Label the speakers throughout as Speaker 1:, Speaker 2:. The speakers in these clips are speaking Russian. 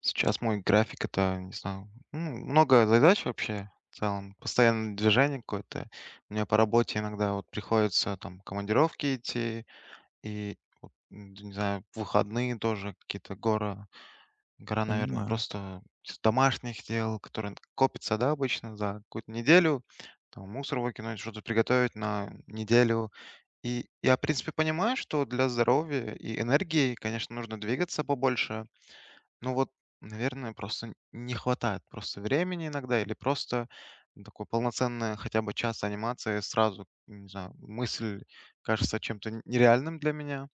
Speaker 1: Сейчас мой это, не знаю, много задач вообще в целом, постоянное движение какое-то. У меня по работе иногда вот приходится там командировки идти и вот, не знаю, в выходные тоже какие-то гора, наверное,
Speaker 2: Понимаю.
Speaker 1: просто с домашних дел, которые копятся, да, обычно за какую-то неделю. Там мусор выкинуть, что-то приготовить на неделю. И я, в принципе, понимаю, что для здоровья и энергии, конечно, нужно двигаться побольше. Ну вот, наверное, просто не хватает просто времени иногда или просто такой полноценная хотя бы час анимации сразу, не знаю, мысль кажется чем-то нереальным для меня.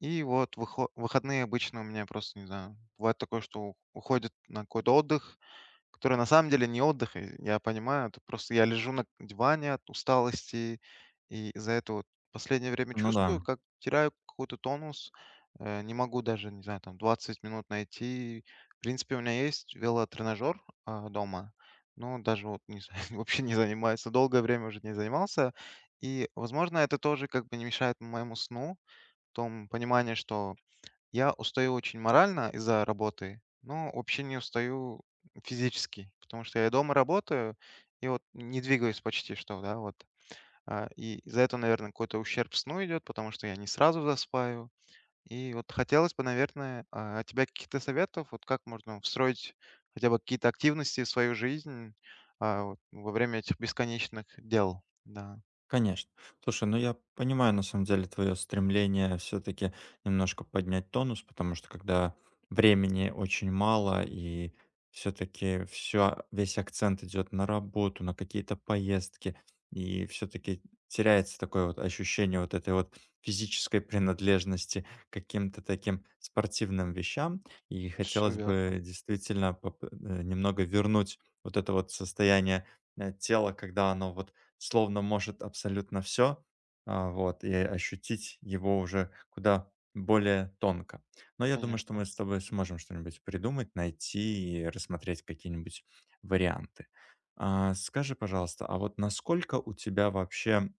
Speaker 1: И вот выходные обычно у меня просто, не знаю, бывает такое, что уходит на какой-то отдых, который на самом деле не отдых, и я понимаю. Это просто я лежу на диване от усталости, и из-за этого вот последнее время
Speaker 2: Ну
Speaker 1: чувствую,
Speaker 2: да.
Speaker 1: как теряю какой-то тонус. Не могу даже, не знаю, там 20 минут найти. В принципе, у меня есть велотренажер, дома, но даже вот не знаю, вообще не занимается, долгое время уже не занимался. И, возможно, это тоже как бы не мешает моему сну в том понимании, что я устаю очень морально из-за работы, но вообще не устаю физически, потому что я дома работаю и вот не двигаюсь почти что, да, вот. И из-за этого, наверное, какой-то ущерб сну идет, потому что я не сразу засыпаю. И вот хотелось бы, наверное, от тебя каких-то советов, вот как можно встроить хотя бы какие-то активности в свою жизнь вот во время этих бесконечных дел. Да,
Speaker 2: Конечно. Слушай, ну я понимаю, на самом деле, твое стремление все-таки немножко поднять тонус, потому что когда времени очень мало и все-таки все, весь акцент идет на работу, на какие-то поездки, и все-таки теряется такое вот ощущение вот этой вот физической принадлежности к каким-то таким спортивным вещам. И
Speaker 1: все
Speaker 2: хотелось
Speaker 1: верно,
Speaker 2: бы действительно немного вернуть вот это вот состояние тела, когда оно вот словно может абсолютно все, вот, и ощутить его уже куда более тонко. Но я думаю, что
Speaker 1: конечно.
Speaker 2: мы с тобой сможем что-нибудь придумать, найти и рассмотреть какие-нибудь варианты. А, скажи, пожалуйста, а вот насколько у тебя вообще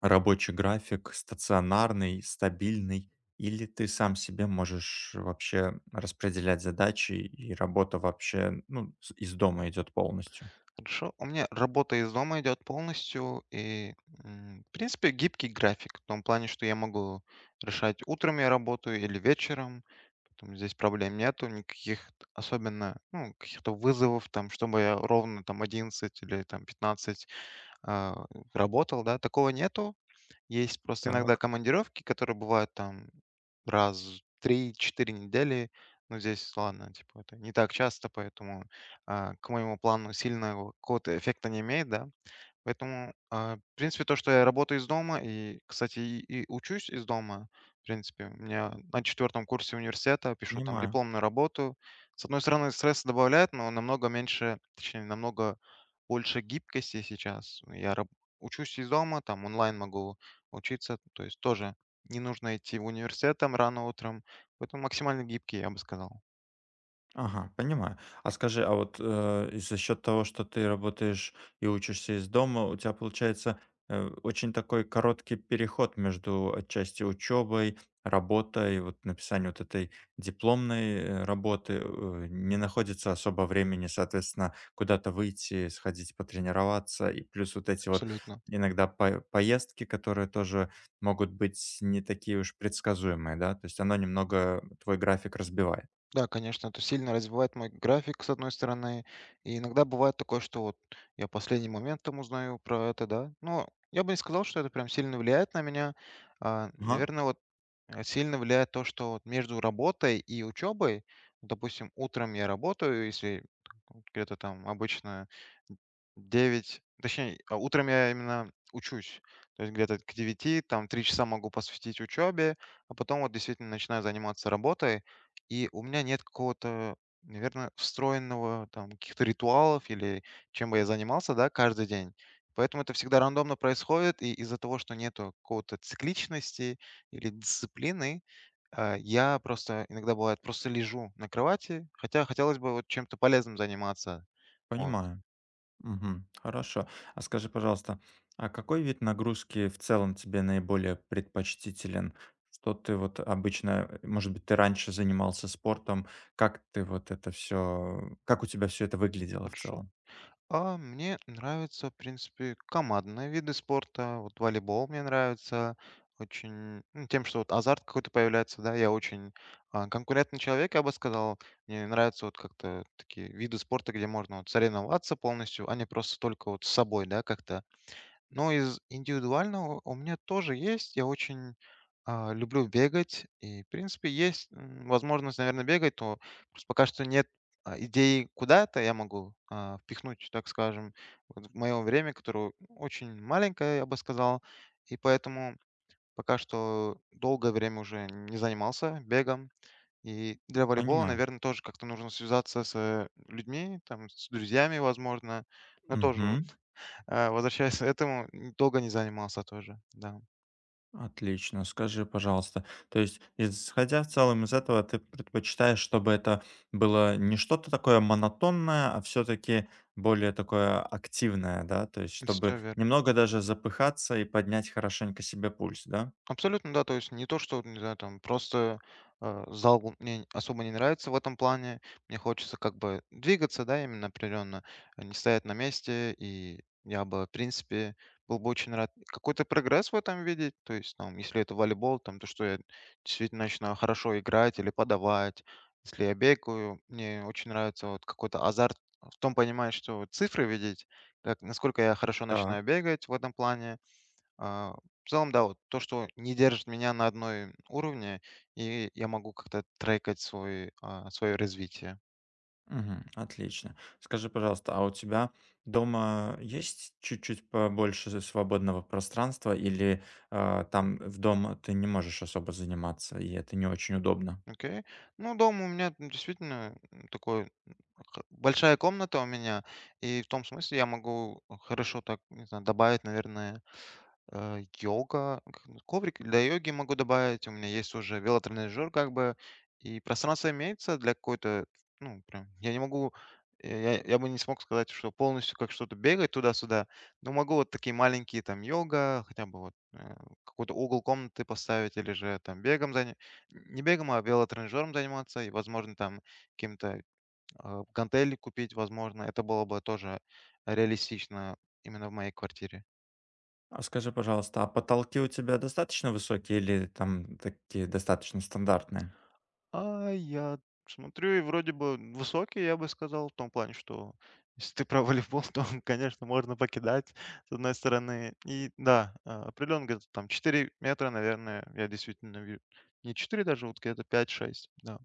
Speaker 2: рабочий график стационарный, стабильный, или ты сам себе можешь вообще распределять задачи, и работа вообще, ну, с из дома идет полностью?
Speaker 1: Хорошо. У меня работа из дома идет полностью, и, в принципе, гибкий график, в том плане, что я могу решать утром я работаю или вечером, поэтому здесь проблем нету, никаких особенно, ну, каких-то вызовов, там, чтобы я ровно там 11 или там 15 а, работал, да, такого нету. Есть просто иногда
Speaker 2: Так,
Speaker 1: командировки, которые бывают там раз в 3-4 недели. Но здесь, ладно, типа это не так часто, поэтому к моему плану сильного какого-то эффекта не имеет, да. Поэтому, в принципе, то, что я работаю из дома и, кстати, и учусь из дома, в принципе, у меня на четвертом курсе университета пишу там
Speaker 2: понимаю.
Speaker 1: дипломную работу. С одной стороны, стресс добавляет, но намного меньше, точнее, намного больше гибкости сейчас. Я учусь из дома, там онлайн могу учиться, то есть тоже не нужно идти в университет там рано утром, поэтому максимально гибкий, я бы сказал.
Speaker 2: Ага, понимаю. А скажи, а вот, и за счет того, что ты работаешь и учишься из дома, у тебя получается, очень такой короткий переход между отчасти учебой, работой, вот написанием вот этой дипломной, работы. Э, не находится особо времени, соответственно, куда-то выйти, сходить потренироваться. И плюс вот эти вот
Speaker 1: Абсолютно.
Speaker 2: иногда по поездки, которые тоже могут быть не такие уж предсказуемые, да? То есть оно немного твой график разбивает.
Speaker 1: Да, конечно, это сильно развивает мой график, с одной стороны. И иногда бывает такое, что вот я последний момент там узнаю про это, да. Но я бы не сказал, что это прям сильно влияет на меня. А,
Speaker 2: Ага.
Speaker 1: наверное, вот сильно влияет то, что вот между работой и учебой, допустим, утром я работаю, если там где-то там обычно 9, точнее, утром я именно учусь, то есть где-то к девяти там 3 часа могу посвятить учебе, а потом вот действительно начинаю заниматься работой, и у меня нет какого-то, наверное, встроенного там каких-то ритуалов или чем бы я занимался, да, каждый день. Поэтому это всегда рандомно происходит, и из-за того, что нету какого-то цикличности, или дисциплины. Я просто иногда бывает просто лежу на кровати, хотя хотелось бы вот чем-то полезным заниматься. Вот,
Speaker 2: Понимаю. Мгм. Хорошо. А скажи, пожалуйста, а какой вид нагрузки в целом тебе наиболее предпочтителен? Что ты вот обычно, может быть, ты раньше занимался спортом, как ты вот это все? Как у тебя все это выглядело в
Speaker 1: хорошо.
Speaker 2: целом?
Speaker 1: А мне нравятся, в принципе, командные виды спорта. Вот волейбол мне нравится очень ну, тем, что вот азарт какой-то появляется, да, я очень конкурентный человек, я бы сказал. Мне нравятся вот как-то такие виды спорта, где можно вот соревноваться полностью, а не просто только вот с собой, да, как-то. Но из индивидуального у меня тоже есть. Я очень люблю бегать. И, в принципе, есть возможность, наверное, бегать, то просто пока что нет идеи, куда это я могу впихнуть, так скажем, вот в мое время, которое очень маленькое, я бы сказал. И поэтому пока что долгое время уже не занимался бегом. И для волейбола,
Speaker 2: Понимаю.
Speaker 1: наверное, тоже как-то нужно связаться с людьми, там, с друзьями, возможно. Но тоже
Speaker 2: Мгм.
Speaker 1: возвращаясь к этому, долго не занимался тоже, да.
Speaker 2: Отлично. Скажи, пожалуйста, то есть, исходя в целом из этого, ты предпочитаешь, чтобы это было не что-то такое монотонное, а все-таки более такое активное, да? То есть, чтобы
Speaker 1: Это
Speaker 2: немного даже запыхаться и поднять хорошенько себе пульс, да?
Speaker 1: Абсолютно, да, то есть не то, что, не знаю, там просто зал мне особо не нравится в этом плане. Мне хочется как бы двигаться, да, именно определенно, а не стоять на месте. И я бы, в принципе, был бы очень рад какой-то прогресс в этом видеть. То есть, там, если это волейбол, там, то, что я действительно начинаю хорошо играть или подавать. Если я бегаю, мне очень нравится вот какой-то азарт в том понимании, что цифры видеть, как, насколько я хорошо
Speaker 2: Так.
Speaker 1: начинаю бегать в этом плане а, в целом, да, вот то, что не держит меня на одной уровне, и я могу как-то трекать свой, свое развитие.
Speaker 2: Мгм. Отлично. Скажи, пожалуйста, а у тебя дома есть чуть-чуть побольше свободного пространства или там в дом ты не можешь особо заниматься, и это не очень удобно?
Speaker 1: Окей. Ну, дома у меня действительно такой большая комната у меня, и в том смысле я могу хорошо так, не знаю, добавить, наверное, йога, к ну, коврик для йоги могу добавить. У меня есть уже велотренажер как бы, и пространство имеется для какой-то, ну, прям я не могу, я бы не смог сказать, что полностью как что-то бегать туда-сюда, но могу вот такие маленькие там йога, хотя бы вот, какой-то угол комнаты поставить или же там бегом заня не бегом, а велотренажером заниматься и, возможно, там каким-то, гантели купить, возможно. Это было бы тоже реалистично именно в моей квартире.
Speaker 2: А скажи, пожалуйста, а потолки у тебя достаточно высокие или там такие достаточно стандартные?
Speaker 1: А я смотрю, и вроде бы высокий, я бы сказал, в том плане, что если ты про волейбол, то, конечно, можно покидать, с одной стороны. И да, определенно где-то там 4 метра, наверное, я действительно вижу. Не 4 даже, вот где-то 5-6, да.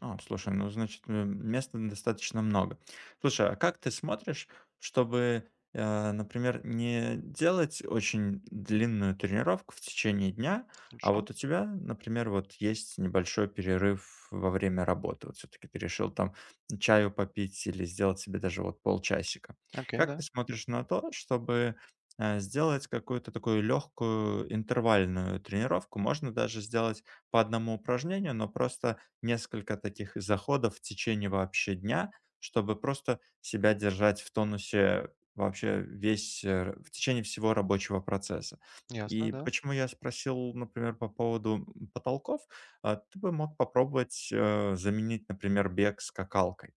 Speaker 2: А, слушай, ну, значит, места достаточно много. Слушай, а как ты смотришь, чтобы, например, не делать очень длинную тренировку в течение дня, а
Speaker 1: Хорошо,
Speaker 2: вот у тебя, например, вот есть небольшой перерыв во время работы. Вот все-таки ты решил там чаю попить или сделать себе даже вот полчасика.
Speaker 1: окей,
Speaker 2: Как ты
Speaker 1: да,
Speaker 2: смотришь на то, чтобы сделать какую-то такую легкую интервальную тренировку? Можно даже сделать по одному упражнению, но просто несколько таких заходов в течение вообще дня, чтобы просто себя держать в тонусе вообще весь, в течение всего рабочего процесса.
Speaker 1: ясно,
Speaker 2: И
Speaker 1: да.
Speaker 2: почему я спросил, например, по поводу потолков, ты бы мог попробовать, заменить, например, бег скакалкой.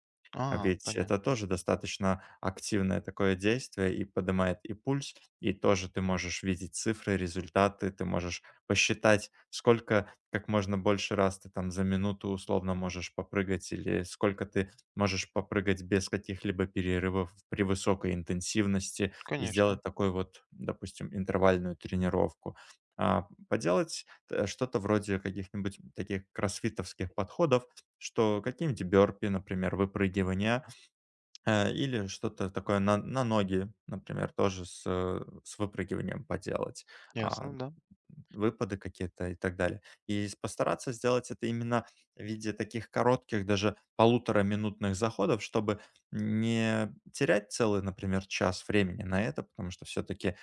Speaker 2: А
Speaker 1: А,
Speaker 2: ведь
Speaker 1: понятно,
Speaker 2: это тоже достаточно активное такое действие и поднимает и пульс, и тоже ты можешь видеть цифры, результаты, ты можешь посчитать, сколько, как можно больше раз ты там за минуту условно можешь попрыгать или сколько ты можешь попрыгать без каких-либо перерывов при высокой интенсивности и
Speaker 1: конечно,
Speaker 2: сделать такой вот, допустим, интервальную тренировку. Поделать что-то вроде каких-нибудь таких кроссфитовских подходов, что какие-нибудь бёрпи, например, выпрыгивания, или что-то такое на ноги, например, тоже с выпрыгиванием поделать, а,
Speaker 1: ясно, да.
Speaker 2: выпады какие-то и так далее. И с постараться сделать это именно в виде таких коротких, даже полутораминутных заходов, чтобы не терять целый, например, час времени на это, потому что все таки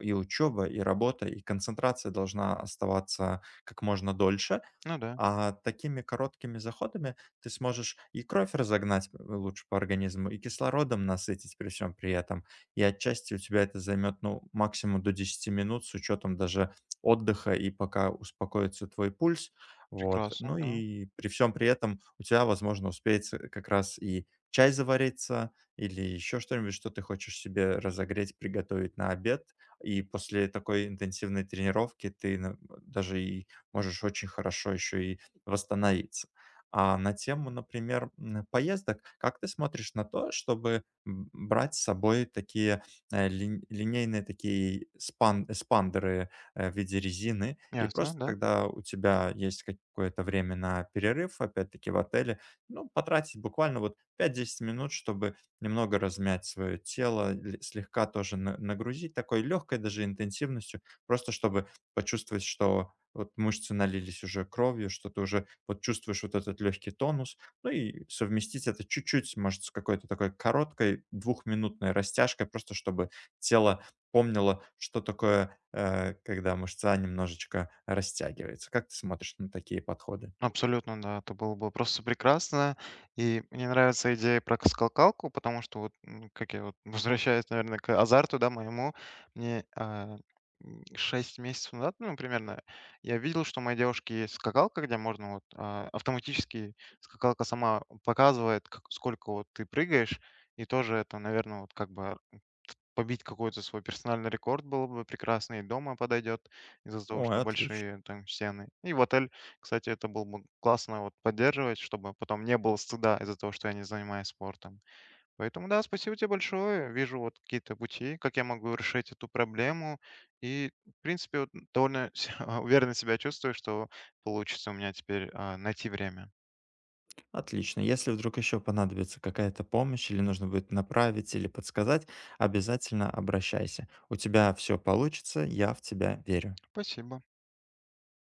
Speaker 2: и учёба, и работа, и концентрация должна оставаться как можно дольше.
Speaker 1: Ну да,
Speaker 2: А такими короткими заходами ты сможешь и кровь разогнать лучше по организму, и кислородом насытить при всем при этом. И отчасти у тебя это займет ну, максимум до 10 минут с учетом даже отдыха и пока успокоится твой пульс. Вот.
Speaker 1: прекрасно,
Speaker 2: Ну
Speaker 1: да,
Speaker 2: и при всем при этом у тебя, возможно, успеет как раз и чай завариться или еще что-нибудь, что ты хочешь себе разогреть, приготовить на обед. И после такой интенсивной тренировки ты даже и можешь очень хорошо еще и восстановиться. А на тему, например, поездок, как ты смотришь на то, чтобы брать с собой такие линейные такие спандеры в виде резины, и
Speaker 1: ясно,
Speaker 2: просто
Speaker 1: да.
Speaker 2: когда у тебя есть какое-то время на перерыв, опять-таки в отеле, ну, потратить буквально вот 5-10 минут, чтобы немного размять свое тело, слегка тоже нагрузить такой легкой даже интенсивностью, просто чтобы почувствовать, что вот мышцы налились уже кровью, что ты уже вот чувствуешь вот этот легкий тонус. Ну и совместить это чуть-чуть, может, с какой-то такой короткой двухминутной растяжкой, просто чтобы тело помнило, что такое, когда мышца немножечко растягивается. Как ты смотришь на такие подходы?
Speaker 1: Абсолютно, да, это было бы просто прекрасно. И мне нравится идея про скакалку, потому что вот, как я вот возвращаюсь, наверное, к азарту, да, моему. Мне, 6 месяцев назад, ну, примерно, я видел, что у моей девушки есть скакалка, где можно вот, автоматически скакалка сама показывает, как сколько вот ты прыгаешь. И тоже это, наверное, вот как бы побить какой-то свой персональный рекорд было бы прекрасно, и дома подойдет из-за того,
Speaker 2: Ой,
Speaker 1: что
Speaker 2: отлично,
Speaker 1: большие там стены. И в отель, кстати, это было бы классно вот поддерживать, чтобы потом не было стыда из-за того, что я не занимаюсь спортом. Поэтому да, спасибо тебе большое. Вижу вот какие-то пути, как я могу решить эту проблему. И, в принципе, вот довольно уверенно себя чувствую, что получится у меня теперь найти время.
Speaker 2: отлично. Если вдруг еще понадобится какая-то помощь или нужно будет направить или подсказать, обязательно обращайся. У тебя все получится, я в тебя верю.
Speaker 1: Спасибо.